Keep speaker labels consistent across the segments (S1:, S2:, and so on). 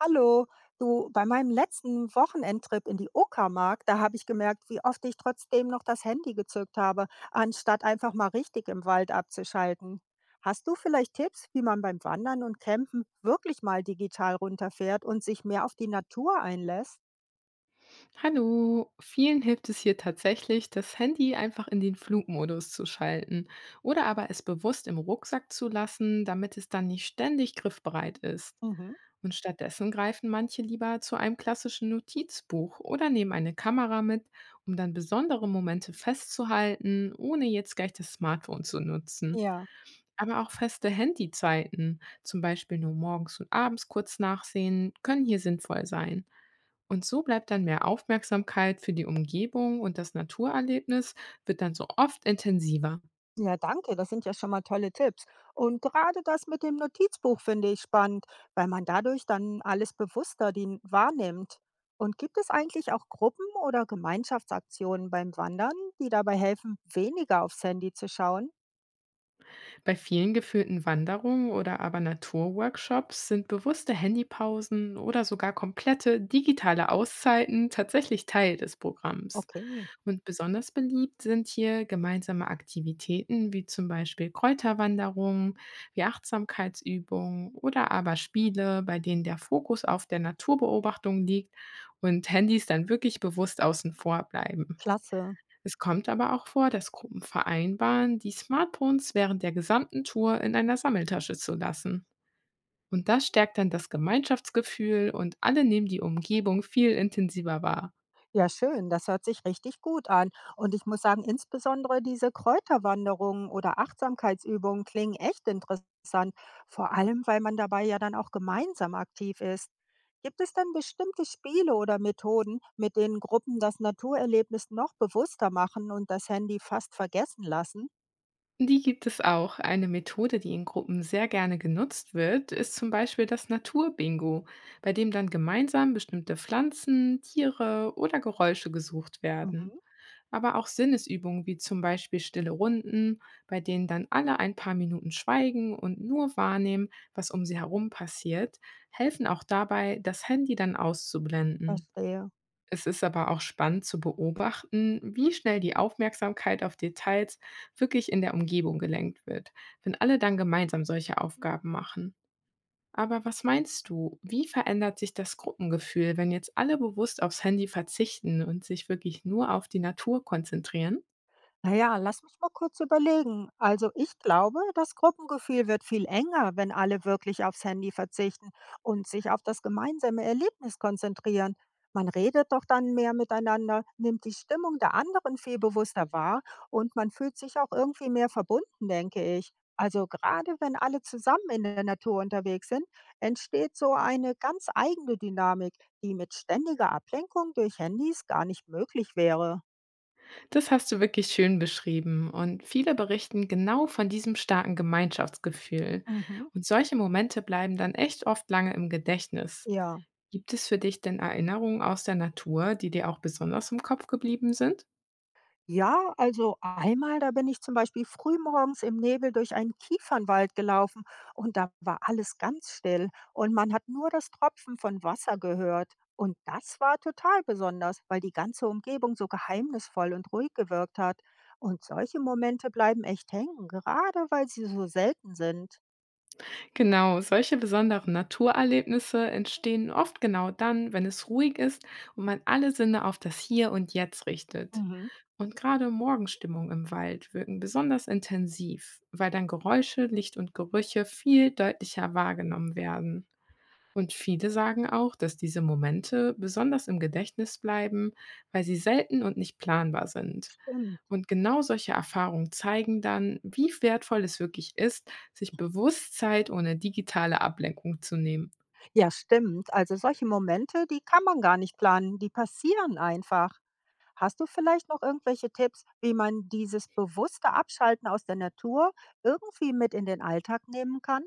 S1: Hallo, du, bei meinem letzten Wochenendtrip in die Uckermark, da habe ich gemerkt, wie oft ich trotzdem noch das Handy gezückt habe, anstatt einfach mal richtig im Wald abzuschalten. Hast du vielleicht Tipps, wie man beim Wandern und Campen wirklich mal digital runterfährt und sich mehr auf die Natur einlässt?
S2: Hallo, vielen hilft es hier tatsächlich, das Handy einfach in den Flugmodus zu schalten oder aber es bewusst im Rucksack zu lassen, damit es dann nicht ständig griffbereit ist.
S1: Mhm.
S2: Und stattdessen greifen manche lieber zu einem klassischen Notizbuch oder nehmen eine Kamera mit, um dann besondere Momente festzuhalten, ohne jetzt gleich das Smartphone zu nutzen.
S1: Ja.
S2: Aber auch feste Handyzeiten, zum Beispiel nur morgens und abends kurz nachsehen, können hier sinnvoll sein. Und so bleibt dann mehr Aufmerksamkeit für die Umgebung und das Naturerlebnis wird dann so oft intensiver.
S1: Ja, danke, das sind ja schon mal tolle Tipps. Und gerade das mit dem Notizbuch finde ich spannend, weil man dadurch dann alles bewusster die wahrnimmt. Und gibt es eigentlich auch Gruppen oder Gemeinschaftsaktionen beim Wandern, die dabei helfen, weniger aufs Handy zu schauen?
S2: Bei vielen geführten Wanderungen oder aber Naturworkshops sind bewusste Handypausen oder sogar komplette digitale Auszeiten tatsächlich Teil des Programms.
S1: Okay,
S2: Und besonders beliebt sind hier gemeinsame Aktivitäten wie zum Beispiel Kräuterwanderungen, wie Achtsamkeitsübungen oder aber Spiele, bei denen der Fokus auf der Naturbeobachtung liegt und Handys dann wirklich bewusst außen vor bleiben.
S1: klasse.
S2: Es kommt aber auch vor, dass Gruppen vereinbaren, die Smartphones während der gesamten Tour in einer Sammeltasche zu lassen. Und das stärkt dann das Gemeinschaftsgefühl und alle nehmen die Umgebung viel intensiver wahr.
S1: Ja, schön, das hört sich richtig gut an. Und ich muss sagen, insbesondere diese Kräuterwanderungen oder Achtsamkeitsübungen klingen echt interessant, vor allem weil man dabei ja dann auch gemeinsam aktiv ist. Gibt es dann bestimmte Spiele oder Methoden, mit denen Gruppen das Naturerlebnis noch bewusster machen und das Handy fast vergessen lassen?
S2: Die gibt es auch. Eine Methode, die in Gruppen sehr gerne genutzt wird, ist zum Beispiel das Naturbingo, bei dem dann gemeinsam bestimmte Pflanzen, Tiere oder Geräusche gesucht werden.
S1: Mhm,
S2: Aber auch Sinnesübungen wie zum Beispiel stille Runden, bei denen dann alle ein paar Minuten schweigen und nur wahrnehmen, was um sie herum passiert, helfen auch dabei, das Handy dann auszublenden.
S1: verstehe.
S2: Es ist aber auch spannend zu beobachten, wie schnell die Aufmerksamkeit auf Details wirklich in der Umgebung gelenkt wird, wenn alle dann gemeinsam solche Aufgaben machen. Aber was meinst du, wie verändert sich das Gruppengefühl, wenn jetzt alle bewusst aufs Handy verzichten und sich wirklich nur auf die Natur konzentrieren?
S1: Na ja, lass mich mal kurz überlegen. Also ich glaube, das Gruppengefühl wird viel enger, wenn alle wirklich aufs Handy verzichten und sich auf das gemeinsame Erlebnis konzentrieren. Man redet doch dann mehr miteinander, nimmt die Stimmung der anderen viel bewusster wahr und man fühlt sich auch irgendwie mehr verbunden, denke ich. Also gerade wenn alle zusammen in der Natur unterwegs sind, entsteht so eine ganz eigene Dynamik, die mit ständiger Ablenkung durch Handys gar nicht möglich wäre.
S2: Das hast du wirklich schön beschrieben und viele berichten genau von diesem starken Gemeinschaftsgefühl.
S1: Mhm.
S2: Und solche Momente bleiben dann echt oft lange im Gedächtnis.
S1: Ja.
S2: Gibt es für dich denn Erinnerungen aus der Natur, die dir auch besonders im Kopf geblieben sind?
S1: Ja, also einmal, da bin ich zum Beispiel frühmorgens im Nebel durch einen Kiefernwald gelaufen und da war alles ganz still und man hat nur das Tropfen von Wasser gehört. Und das war total besonders, weil die ganze Umgebung so geheimnisvoll und ruhig gewirkt hat. Und solche Momente bleiben echt hängen, gerade weil sie so selten sind.
S2: Genau, solche besonderen Naturerlebnisse entstehen oft genau dann, wenn es ruhig ist und man alle Sinne auf das Hier und Jetzt richtet.
S1: Mhm.
S2: Und gerade Morgenstimmung im Wald wirken besonders intensiv, weil dann Geräusche, Licht und Gerüche viel deutlicher wahrgenommen werden. Und viele sagen auch, dass diese Momente besonders im Gedächtnis bleiben, weil sie selten und nicht planbar sind.
S1: Stimmt.
S2: Und genau solche Erfahrungen zeigen dann, wie wertvoll es wirklich ist, sich bewusst Zeit ohne digitale Ablenkung zu nehmen.
S1: Ja, stimmt. Also solche Momente, die kann man gar nicht planen, die passieren einfach. Hast du vielleicht noch irgendwelche Tipps, wie man dieses bewusste Abschalten aus der Natur irgendwie mit in den Alltag nehmen kann?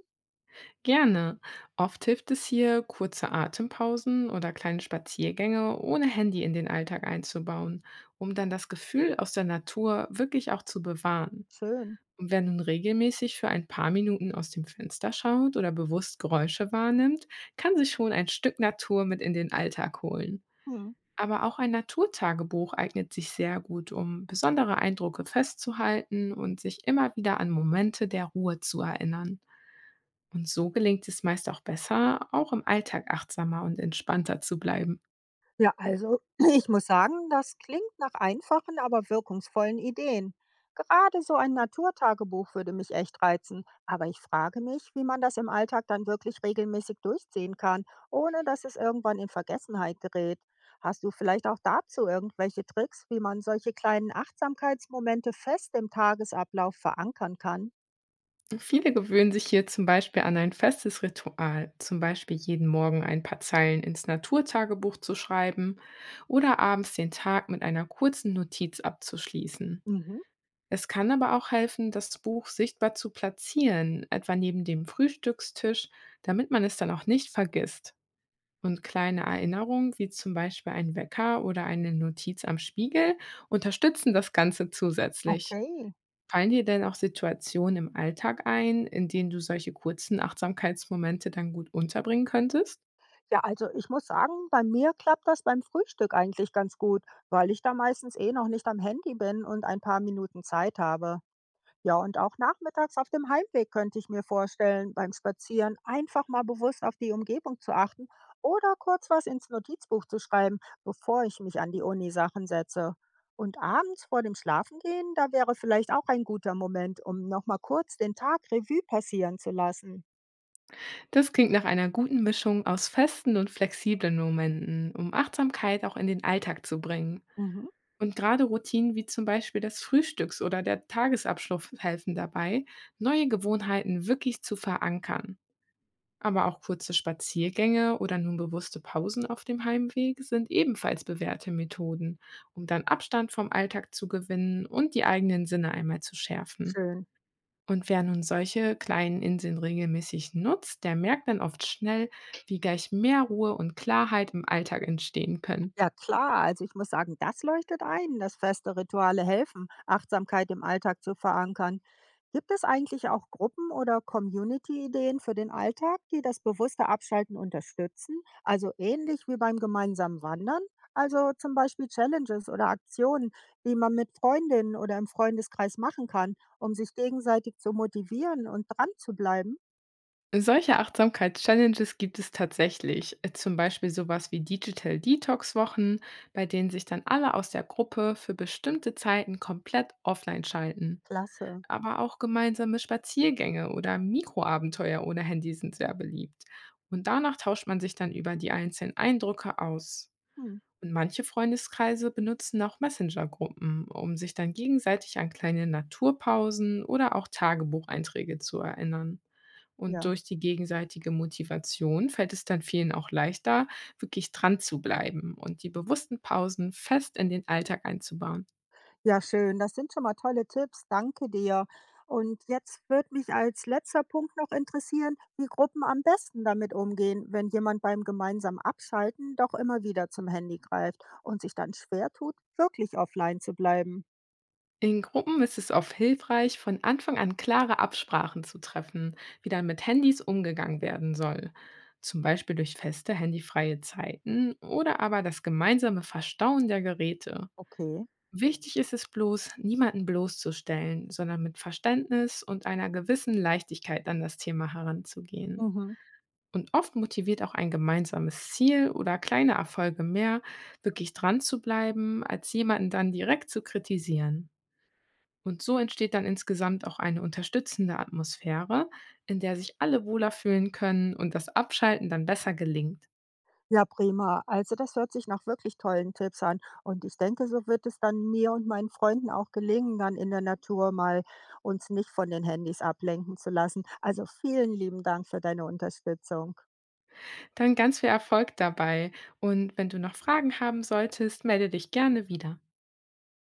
S2: Gerne. Oft hilft es hier, kurze Atempausen oder kleine Spaziergänge ohne Handy in den Alltag einzubauen, um dann das Gefühl aus der Natur wirklich auch zu bewahren.
S1: Schön.
S2: Und wer nun regelmäßig für ein paar Minuten aus dem Fenster schaut oder bewusst Geräusche wahrnimmt, kann sich schon ein Stück Natur mit in den Alltag holen.
S1: Mhm.
S2: Aber auch ein Naturtagebuch eignet sich sehr gut, um besondere Eindrücke festzuhalten und sich immer wieder an Momente der Ruhe zu erinnern. Und so gelingt es meist auch besser, auch im Alltag achtsamer und entspannter zu bleiben.
S1: Ja, also ich muss sagen, das klingt nach einfachen, aber wirkungsvollen Ideen. Gerade so ein Naturtagebuch würde mich echt reizen, aber ich frage mich, wie man das im Alltag dann wirklich regelmäßig durchziehen kann, ohne dass es irgendwann in Vergessenheit gerät. Hast du vielleicht auch dazu irgendwelche Tricks, wie man solche kleinen Achtsamkeitsmomente fest im Tagesablauf verankern kann?
S2: Viele gewöhnen sich hier zum Beispiel an ein festes Ritual, zum Beispiel jeden Morgen ein paar Zeilen ins Naturtagebuch zu schreiben oder abends den Tag mit einer kurzen Notiz abzuschließen.
S1: Mhm,
S2: Es kann aber auch helfen, das Buch sichtbar zu platzieren, etwa neben dem Frühstückstisch, damit man es dann auch nicht vergisst. Und kleine Erinnerungen, wie zum Beispiel ein Wecker oder eine Notiz am Spiegel, unterstützen das Ganze zusätzlich.
S1: okay.
S2: Fallen dir denn auch Situationen im Alltag ein, in denen du solche kurzen Achtsamkeitsmomente dann gut unterbringen könntest?
S1: Ja, also ich muss sagen, bei mir klappt das beim Frühstück eigentlich ganz gut, weil ich da meistens eh noch nicht am Handy bin und ein paar Minuten Zeit habe. Ja, und auch nachmittags auf dem Heimweg könnte ich mir vorstellen, beim Spazieren einfach mal bewusst auf die Umgebung zu achten oder kurz was ins Notizbuch zu schreiben, bevor ich mich an die Uni-Sachen setze. Und abends vor dem Schlafengehen, da wäre vielleicht auch ein guter Moment, um nochmal kurz den Tag Revue passieren zu lassen.
S2: Das klingt nach einer guten Mischung aus festen und flexiblen Momenten, um Achtsamkeit auch in den Alltag zu bringen.
S1: Mhm.
S2: Und gerade Routinen wie zum Beispiel das Frühstücks- oder der Tagesabschluss helfen dabei, neue Gewohnheiten wirklich zu verankern. Aber auch kurze Spaziergänge oder nun bewusste Pausen auf dem Heimweg sind ebenfalls bewährte Methoden, um dann Abstand vom Alltag zu gewinnen und die eigenen Sinne einmal zu schärfen.
S1: Schön.
S2: Und wer nun solche kleinen Inseln regelmäßig nutzt, der merkt dann oft schnell, wie gleich mehr Ruhe und Klarheit im Alltag entstehen können.
S1: Ja klar, also ich muss sagen, das leuchtet ein, dass feste Rituale helfen, Achtsamkeit im Alltag zu verankern. Gibt es eigentlich auch Gruppen oder Community-Ideen für den Alltag, die das bewusste Abschalten unterstützen? Also ähnlich wie beim gemeinsamen Wandern? Also zum Beispiel Challenges oder Aktionen, die man mit Freundinnen oder im Freundeskreis machen kann, um sich gegenseitig zu motivieren und dran zu bleiben?
S2: Solche Achtsamkeits-Challenges gibt es tatsächlich, zum Beispiel sowas wie Digital Detox-Wochen, bei denen sich dann alle aus der Gruppe für bestimmte Zeiten komplett offline schalten.
S1: Klasse.
S2: Aber auch gemeinsame Spaziergänge oder Mikroabenteuer ohne Handy sind sehr beliebt. Und danach tauscht man sich dann über die einzelnen Eindrücke aus.
S1: Hm.
S2: Und manche Freundeskreise benutzen auch Messenger-Gruppen, um sich dann gegenseitig an kleine Naturpausen oder auch Tagebucheinträge zu erinnern. Und
S1: Ja.
S2: durch die gegenseitige Motivation fällt es dann vielen auch leichter, wirklich dran zu bleiben und die bewussten Pausen fest in den Alltag einzubauen.
S1: Ja, schön. Das sind schon mal tolle Tipps. Danke dir. Und jetzt würde mich als letzter Punkt noch interessieren, wie Gruppen am besten damit umgehen, wenn jemand beim gemeinsamen Abschalten doch immer wieder zum Handy greift und sich dann schwer tut, wirklich offline zu bleiben.
S2: In Gruppen ist es oft hilfreich, von Anfang an klare Absprachen zu treffen, wie dann mit Handys umgegangen werden soll. Zum Beispiel durch feste handyfreie Zeiten oder aber das gemeinsame Verstauen der Geräte.
S1: Okay.
S2: Wichtig ist es bloß, niemanden bloßzustellen, sondern mit Verständnis und einer gewissen Leichtigkeit an das Thema heranzugehen.
S1: Mhm.
S2: Und oft motiviert auch ein gemeinsames Ziel oder kleine Erfolge mehr, wirklich dran zu bleiben, als jemanden dann direkt zu kritisieren. Und so entsteht dann insgesamt auch eine unterstützende Atmosphäre, in der sich alle wohler fühlen können und das Abschalten dann besser gelingt.
S1: Ja, prima. Also das hört sich nach wirklich tollen Tipps an. Und ich denke, so wird es dann mir und meinen Freunden auch gelingen, dann in der Natur mal uns nicht von den Handys ablenken zu lassen. Also vielen lieben Dank für deine Unterstützung.
S2: Dann ganz viel Erfolg dabei und wenn du noch Fragen haben solltest, melde dich gerne wieder.